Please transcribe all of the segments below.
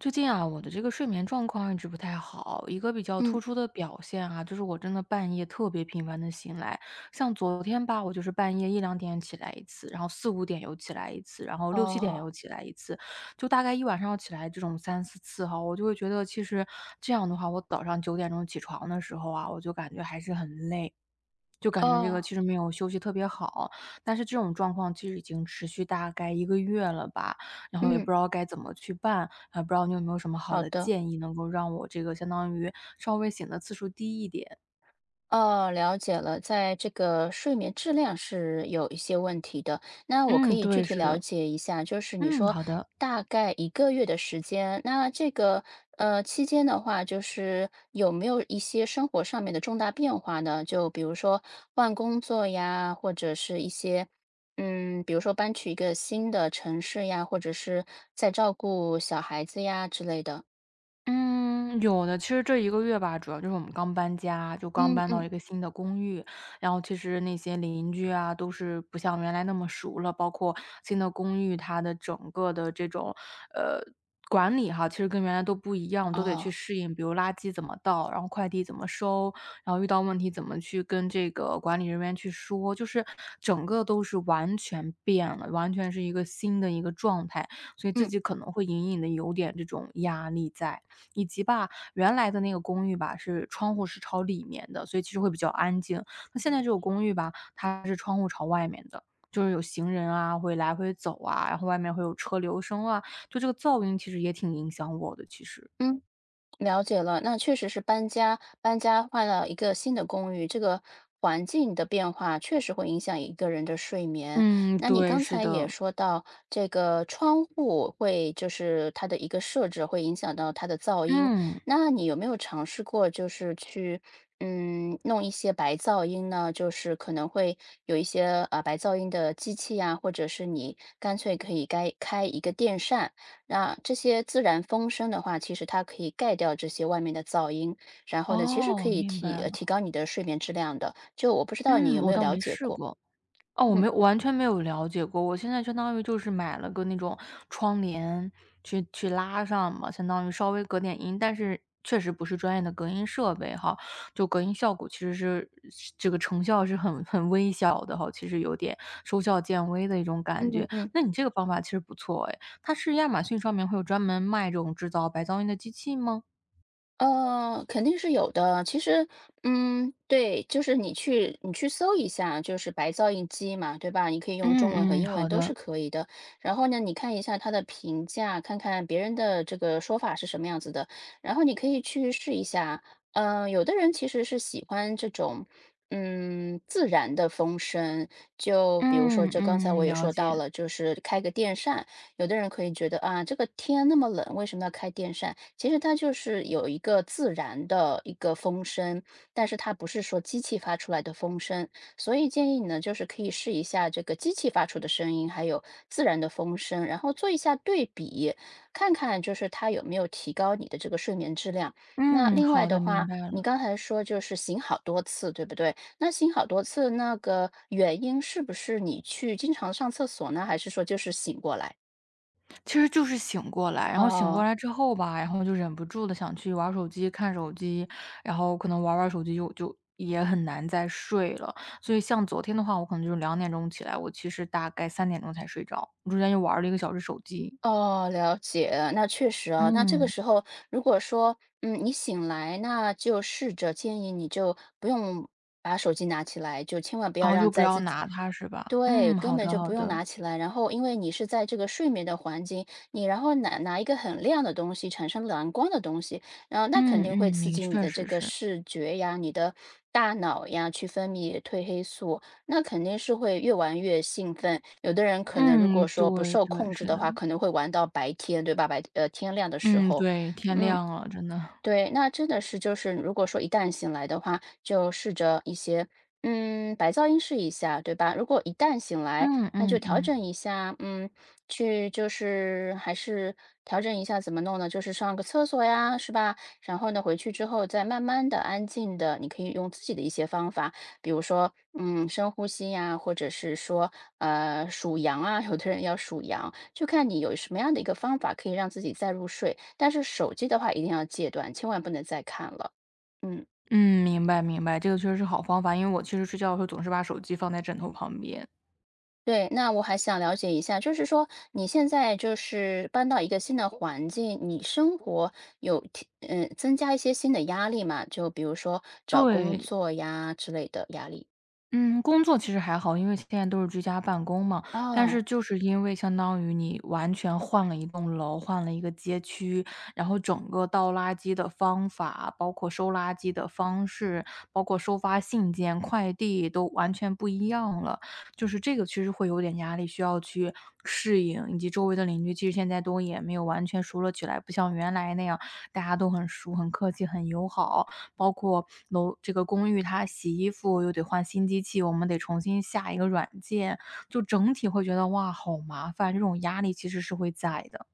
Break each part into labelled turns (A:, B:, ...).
A: 最近啊，我的这个睡眠状况一直不太好，一个比较突
B: 嗯，
A: 出的表现啊，就是我真的半夜特别频繁的醒来，像昨天吧，我就是半夜一两点起来一次，然后四五点又起来一次，然后六七点
B: 哦，
A: 又起来一次，就大概一晚上要起来这种三四次哈，我就会觉得其实这样的话，我早上9点钟起床的时候啊，我就感觉还是很累。就感觉这个
B: 哦，
A: 其实没有休息特别好，但是这种状况其实已经持续大概一个月了吧。然后也
B: 嗯，
A: 不知道该怎么去办，啊，不知道你有没有什么好
B: 好
A: 的
B: 的，
A: 建议，能够让我这个相当于稍微醒的次数低一点？
B: 哦，了解了，在这个睡眠质量是有一些问题的。那我可
A: 嗯，
B: 以具
A: 对，
B: 体
A: 是
B: 了
A: 的，
B: 解一下，就是你
A: 嗯，
B: 说
A: 好的。
B: 大概一个月的时间，那这个呃期间的话，就是有没有一些生活上面的重大变化呢？就比如说换工作呀，或者是一些。嗯，比如说搬去一个新的城市呀，或者是在照顾小孩子呀之类的。
A: 嗯，有的。其实这一个月吧，主要就是我们刚搬家，就刚
B: 嗯
A: 搬到
B: 嗯，
A: 一个新的公寓，然后其实那些邻居啊，都是不像原来那么熟了，包括新的公寓，它的整个的这种，呃，管理哈，其实跟原来都不一样，都得去
B: 哦。
A: 适应。比如垃圾怎么倒，然后快递怎么收，然后遇到问题怎么去跟这个管理人员去说，就是整个都是完全变了，完全是一个新的一个状态，所以自
B: 嗯
A: 己可能会隐隐的有点这种压力在。以及吧，原来的那个公寓吧，是窗户是朝里面的，所以其实会比较安静。那现在这个公寓吧，它是窗户朝外面的，就是有行人啊，会来回走啊，然后外面会有车流声啊，就这个噪音其实也挺影响我的，其实。
B: 嗯，了解了。那确实是搬家，搬家换了一个新的公寓，这个环境的变化确实会影响一个人的睡眠。
A: 嗯，
B: 那你
A: 对，
B: 刚
A: 是
B: 才也
A: 的。
B: 说到，这个窗户会就是它的一个设置会影响到它的噪音。
A: 嗯，
B: 那你有没有尝试过，就是去嗯弄一些白噪音呢？就是可能会有一些啊白噪音的机器呀，或者是你干脆可以该开一个电扇。那这些自然风声的话，其实它可以盖掉这些外面的噪音，然后呢，其实可
A: 哦，
B: 以
A: 明白
B: 提
A: 了。
B: 高你的睡眠质量的。就我不知道你
A: 嗯，
B: 有没
A: 我
B: 有
A: 倒
B: 了
A: 没
B: 解
A: 试
B: 过？
A: 过。哦，我
B: 嗯
A: 没有完全没有了解过，我现在相当于就是买了个那种窗帘去拉上嘛，相当于稍微隔点音，但是确实不是专业的隔音设备哈，就隔音效果其实是这个成效是很微小的哈，其实有点收效渐微的一种感
B: 嗯嗯
A: 觉。
B: 嗯。
A: 那你这个方法其实不错诶，它是亚马逊上面会有专门卖这种制造白噪音的机器吗？
B: 肯定是有的。其实，嗯，对，就是你去搜一下，就是白噪音机嘛，对吧？你可以用中文和
A: 嗯嗯，
B: 英文
A: 好
B: 都是
A: 的，
B: 可以的。然后呢，你看一下它的评价，看看别人的这个说法是什么样子的。然后你可以去试一下。嗯、有的人其实是喜欢这种。嗯，自然的风声，就比如说，
A: 嗯
B: 这刚才我
A: 嗯，
B: 也
A: 了
B: 说
A: 解，
B: 到了，就是开个电扇，有的人可以觉得啊，这个天那么冷，为什么要开电扇？其实它就是有一个自然的一个风声，但是它不是说机器发出来的风声。所以建议你呢，就是可以试一下这个机器发出的声音，还有自然的风声，然后做一下对比，看看就是它有没有提高你的这个睡眠质量。那
A: 嗯，
B: 另外
A: 好
B: 的
A: 的，明
B: 话，
A: 白
B: 你
A: 了。
B: 刚才说就是醒好多次，对不对？那醒好多次，那个原因是不是你去经常上厕所呢，还是说就是醒过来？
A: 其实就是醒过来，然后醒过
B: 哦，
A: 来之后吧，然后就忍不住的想去玩儿手机、看手机，然后可能玩儿手机就也很难再睡了。所以像昨天的话，我可能就是2点钟起来，我其实大概3点钟才睡着，我中间又玩儿了一个小时手机。
B: 哦，了解，那确实啊，那这个
A: 嗯，
B: 时候如果说，嗯，你醒来，那就试着建议你就不用把手机拿起来，就千万不要
A: 然后
B: 让
A: 就不
B: 在
A: 要
B: 自己
A: 拿它是吧？
B: 对，
A: 嗯，
B: 根
A: 好
B: 本
A: 的
B: 就
A: 好
B: 不用
A: 的。
B: 拿起来。然后，因为你是在这个睡眠的环境，你然后拿一个很亮的东西，产生蓝光的东西，然后那肯
A: 嗯
B: 定会
A: 嗯，
B: 刺
A: 你
B: 激你
A: 确
B: 的这
A: 实
B: 个
A: 是。
B: 视觉呀，你的大脑呀去分泌褪黑素，那肯定是会越玩越兴奋。有的人可能如果
A: 嗯，
B: 说不
A: 对
B: 受
A: 对，
B: 控制
A: 是
B: 的
A: 的。
B: 话，可能会玩到白天，对吧？天亮的时
A: 嗯，
B: 候，
A: 对，天
B: 嗯，
A: 亮了，真的。
B: 对，那真的是就是如果说一旦醒来的话，就试着一些，嗯，白噪音试一下，对吧？如果一旦醒来，
A: 嗯
B: 那
A: 嗯
B: 就调
A: 嗯。
B: 整一下，嗯，去就是还是调整一下怎么弄呢？就是上个厕所呀，是吧？然后呢，回去之后再慢慢的、安静的，你可以用自己的一些方法，比如说，嗯，深呼吸呀，或者是说，数羊啊，有的人要数羊，就看你有什么样的一个方法可以让自己再入睡。但是手机的话一定要戒断，千万不能再看了。嗯，
A: 嗯，明白明白，这个确实是好方法，因为我其实睡觉的时候总是把手机放在枕头旁边。
B: 对，那我还想了解一下，就是说你现在就是搬到一个新的环境，你生活有提嗯，增加一些新的压力嘛？就比如说找工
A: 对，
B: 作呀之类的压力。
A: 嗯，工作其实还好，因为现在都是居家办公嘛。但
B: 哦。
A: 是就是因为相当于你完全换了一栋楼，换了一个街区，然后整个倒垃圾的方法，包括收垃圾的方式，包括收发信件、快递都完全不一样了。就是这个其实会有点压力，需要去适应，以及周围的邻居其实现在都也没有完全熟络起来，不像原来那样大家都很熟、很客气、很友好。包括楼这个公寓它洗衣服又得换新机器，我们得重新下一个软件，就整体会觉得，哇，好麻烦，这种压力其实是会在的。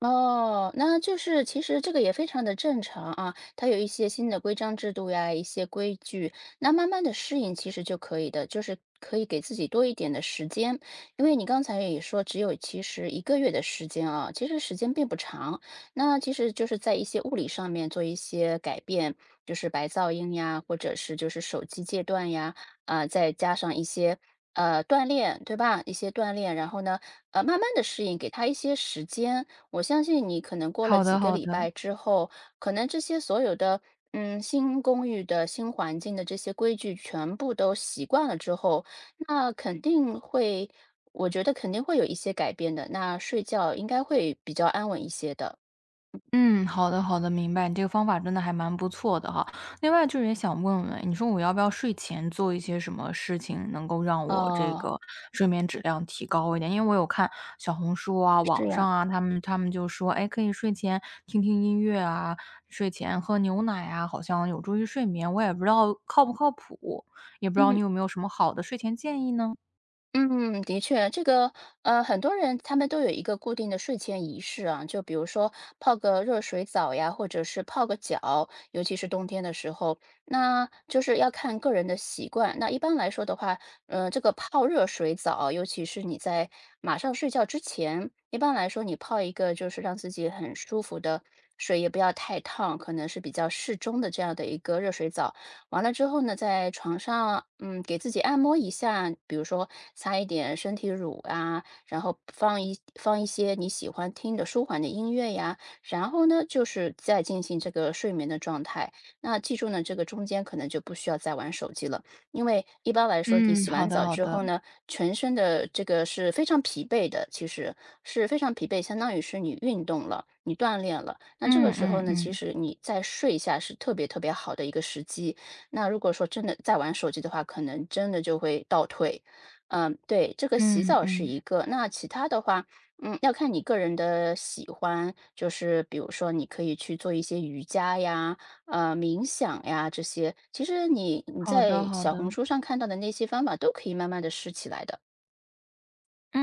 B: 哦，那就是其实这个也非常的正常啊，它有一些新的规章制度呀，一些规矩，那慢慢的适应其实就可以的，就是可以给自己多一点的时间，因为你刚才也说只有其实一个月的时间啊，其实时间并不长，那其实就是在一些物理上面做一些改变，就是白噪音呀，或者是就是手机戒断呀，啊、再加上一些。锻炼，对吧？一些锻炼，然后呢，慢慢的适应，给他一些时间，我相信你可能过了
A: 好
B: 几
A: 的
B: 个
A: 好
B: 礼
A: 的。
B: 拜之后，可能这些所有的，嗯，新公寓的新环境的这些规矩全部都习惯了之后，那肯定会，我觉得肯定会有一些改变的。那睡觉应该会比较安稳一些的。
A: 嗯，好的好的，明白。你这个方法真的还蛮不错的哈。另外就是也想问问，你说我要不要睡前做一些什么事情，能够让我这
B: 哦，
A: 个睡眠质量提高一点？因为我有看小红书啊、
B: 是
A: 网
B: 呀，
A: 上啊，他们就说，哎，可以睡前听听音乐啊，睡前喝牛奶啊，好像有助于睡眠。我也不知道靠不靠谱，也不知道
B: 嗯。
A: 你有没有什么好的睡前建议呢？
B: 嗯，的确，这个很多人他们都有一个固定的睡前仪式啊，就比如说泡个热水澡呀，或者是泡个脚，尤其是冬天的时候，那就是要看个人的习惯。那一般来说的话，这个泡热水澡，尤其是你在马上睡觉之前，一般来说你泡一个就是让自己很舒服的水，也不要太烫，可能是比较适中的这样的一个热水澡。完了之后呢，在床上，嗯，给自己按摩一下，比如说擦一点身体乳啊，然后放一些你喜欢听的舒缓的音乐呀，然后呢，就是再进行这个睡眠的状态。那记住呢，这个中间可能就不需要再玩手机了，因为一般来说，你
A: 嗯，
B: 洗
A: 好
B: 完
A: 的
B: 澡
A: 好
B: 之
A: 的，
B: 后呢，全身的这个是非常疲惫的，其实是非常疲惫，相当于是你运动了，你锻炼了。那这个
A: 嗯
B: 时候
A: 嗯
B: 呢，其
A: 嗯
B: 实你再睡一下是特别特别好的一个时机。那如果说真的在玩手机的话，可能真的就会倒退。嗯，对，这个洗
A: 嗯
B: 澡是
A: 嗯，
B: 一个，那其他的话，嗯，要看你个人的喜欢，就是比如说你可以去做一些瑜伽呀，冥想呀这些，其实你
A: 好的
B: 在
A: 好
B: 小
A: 的。
B: 红书上看到的那些方法都可以慢慢的试起来的。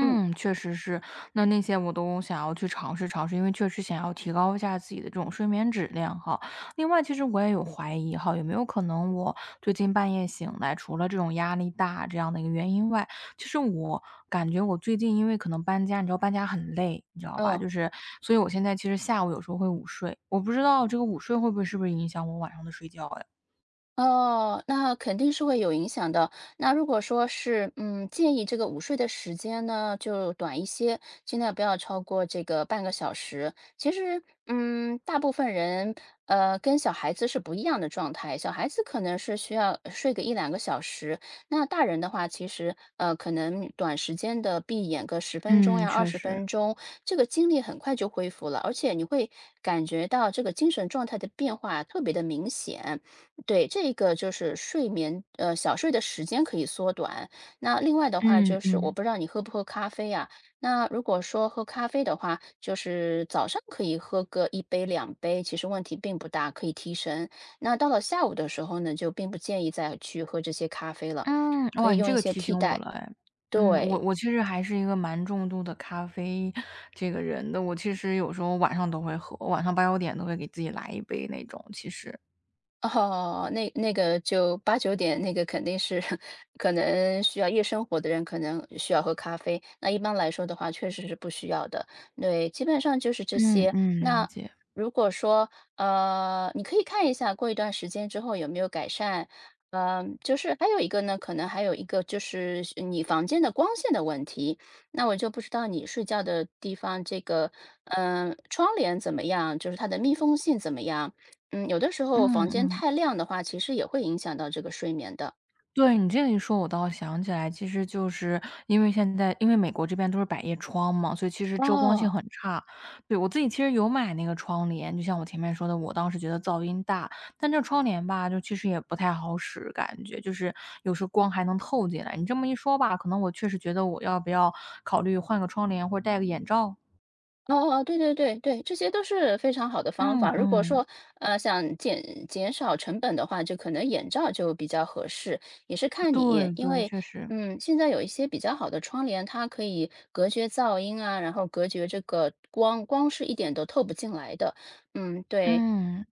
B: 嗯，
A: 确实是。那那些我都想要去尝试尝试，因为确实想要提高一下自己的这种睡眠质量哈。另外，其实我也有怀疑哈，有没有可能我最近半夜醒来，除了这种压力大这样的一个原因外，其实我感觉我最近因为可能搬家，你知道搬家很累，你知道吧？
B: 嗯。
A: 就是，所以我现在其实下午有时候会午睡，我不知道这个午睡会不会是不是影响我晚上的睡觉呀？
B: 哦，那肯定是会有影响的。那如果说是，嗯，建议这个午睡的时间呢，就短一些，尽量不要超过这个半个小时。其实，嗯，大部分人，跟小孩子是不一样的状态。小孩子可能是需要睡个一两个小时，那大人的话，其实，可能短时间的闭眼个十分钟
A: 嗯，
B: 呀、二
A: 确
B: 十
A: 实。
B: 分钟，这个精力很快就恢复了，而且你会感觉到这个精神状态的变化特别的明显。对，这个就是睡眠，小睡的时间可以缩短。那另外的话，
A: 嗯
B: 就是我
A: 嗯。
B: 不知道你喝不喝咖啡啊？那如果说喝咖啡的话，就是早上可以喝个一杯、两杯，其实问题并不大，可以提神。那到了下午的时候呢，就并不建议再去喝这些咖啡了，
A: 嗯，
B: 可
A: 哇，
B: 以
A: 你
B: 用
A: 这
B: 一
A: 个
B: 些
A: 提
B: 替
A: 醒我
B: 代。
A: 了哎。嗯，我
B: 对。
A: 我其实还是一个蛮重度的咖啡这个人的，我其实有时候晚上都会喝，晚上八九点都会给自己来一杯那种，其实。
B: 哦，那那个就八九点，那个肯定是 可能需要夜生活的人可能需要喝咖啡。那一般来说的话，确实是不需要的。对，基本上就是这
A: 嗯
B: 些。
A: 嗯，了
B: 那
A: 解，
B: 如果说你可以看一下过一段时间之后有没有改善。嗯、就是还有一个呢，可能还有一个就是你房间的光线的问题。那我就不知道你睡觉的地方这个，嗯、窗帘怎么样？就是它的密封性怎么样？嗯，有的时候房间
A: 嗯。
B: 太亮的话，其实也会影响到这个睡眠的。
A: 对，你这个一说，我倒想起来，其实就是因为现在因为美国这边都是百叶窗嘛，所以其实遮光性
B: 哦，
A: 很差。对，我自己其实有买那个窗帘，就像我前面说的，我当时觉得噪音大，但这窗帘吧，就其实也不太好使，感觉就是有时候光还能透进来。你这么一说吧，可能我确实觉得我要不要考虑换个窗帘或者戴个眼罩？
B: 哦哦，对对对对，这些都是非常好的方
A: 嗯
B: 法。如果说
A: 嗯，
B: 呃想减少成本的话，就可能眼罩就比较合适，也是看你，
A: 对
B: 因
A: 对，
B: 为
A: 确实，
B: 嗯，现在有一些比较好的窗帘，它可以隔绝噪音啊，然后隔绝这个光，光是一点都透不进来的。嗯，对，
A: 嗯。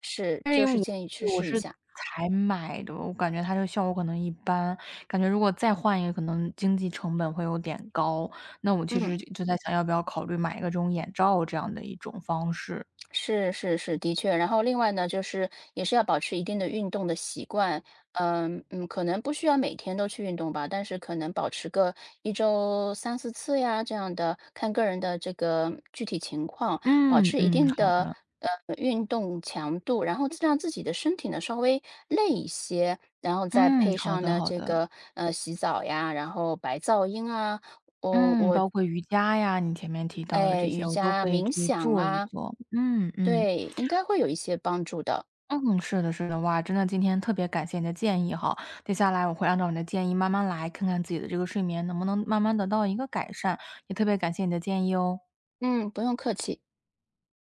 B: 是，
A: 但
B: 就
A: 因
B: 是
A: 为
B: 建议去
A: 我我
B: 试一
A: 是
B: 下。
A: 才买的，我感觉它这个效果可能一般，感觉如果再换一个可能经济成本会有点高，那我其
B: 嗯。
A: 实就在想要不要考虑买一个这种眼罩这样的一种方式。
B: 是是是，的确。然后另外呢，就是也是要保持一定的运动的习惯。嗯嗯，可能不需要每天都去运动吧，但是可能保持个一周三四次呀，这样的，看个人的这个具体情况，保
A: 嗯，
B: 持一
A: 嗯，
B: 定
A: 好
B: 的
A: 的，
B: 呃运动强度，然后让自己的身体呢稍微累一些，然后再
A: 嗯，
B: 配
A: 好
B: 上
A: 的
B: 呢
A: 好
B: 这
A: 的，
B: 个呃洗澡呀，然后白噪音啊，
A: 嗯，包括瑜伽呀，你前面提到的
B: 哎
A: 这
B: 瑜
A: 些我都
B: 伽、
A: 可以
B: 冥
A: 去
B: 想
A: 做一
B: 啊，
A: 做，嗯，嗯。
B: 对，应该会有一些帮助的。
A: 嗯，是的，是的，哇，真的今天特别感谢你的建议哈，接下来我会按照你的建议慢慢来，看看自己的这个睡眠能不能慢慢得到一个改善，也特别感谢你的建议哦。
B: 嗯，不用客气。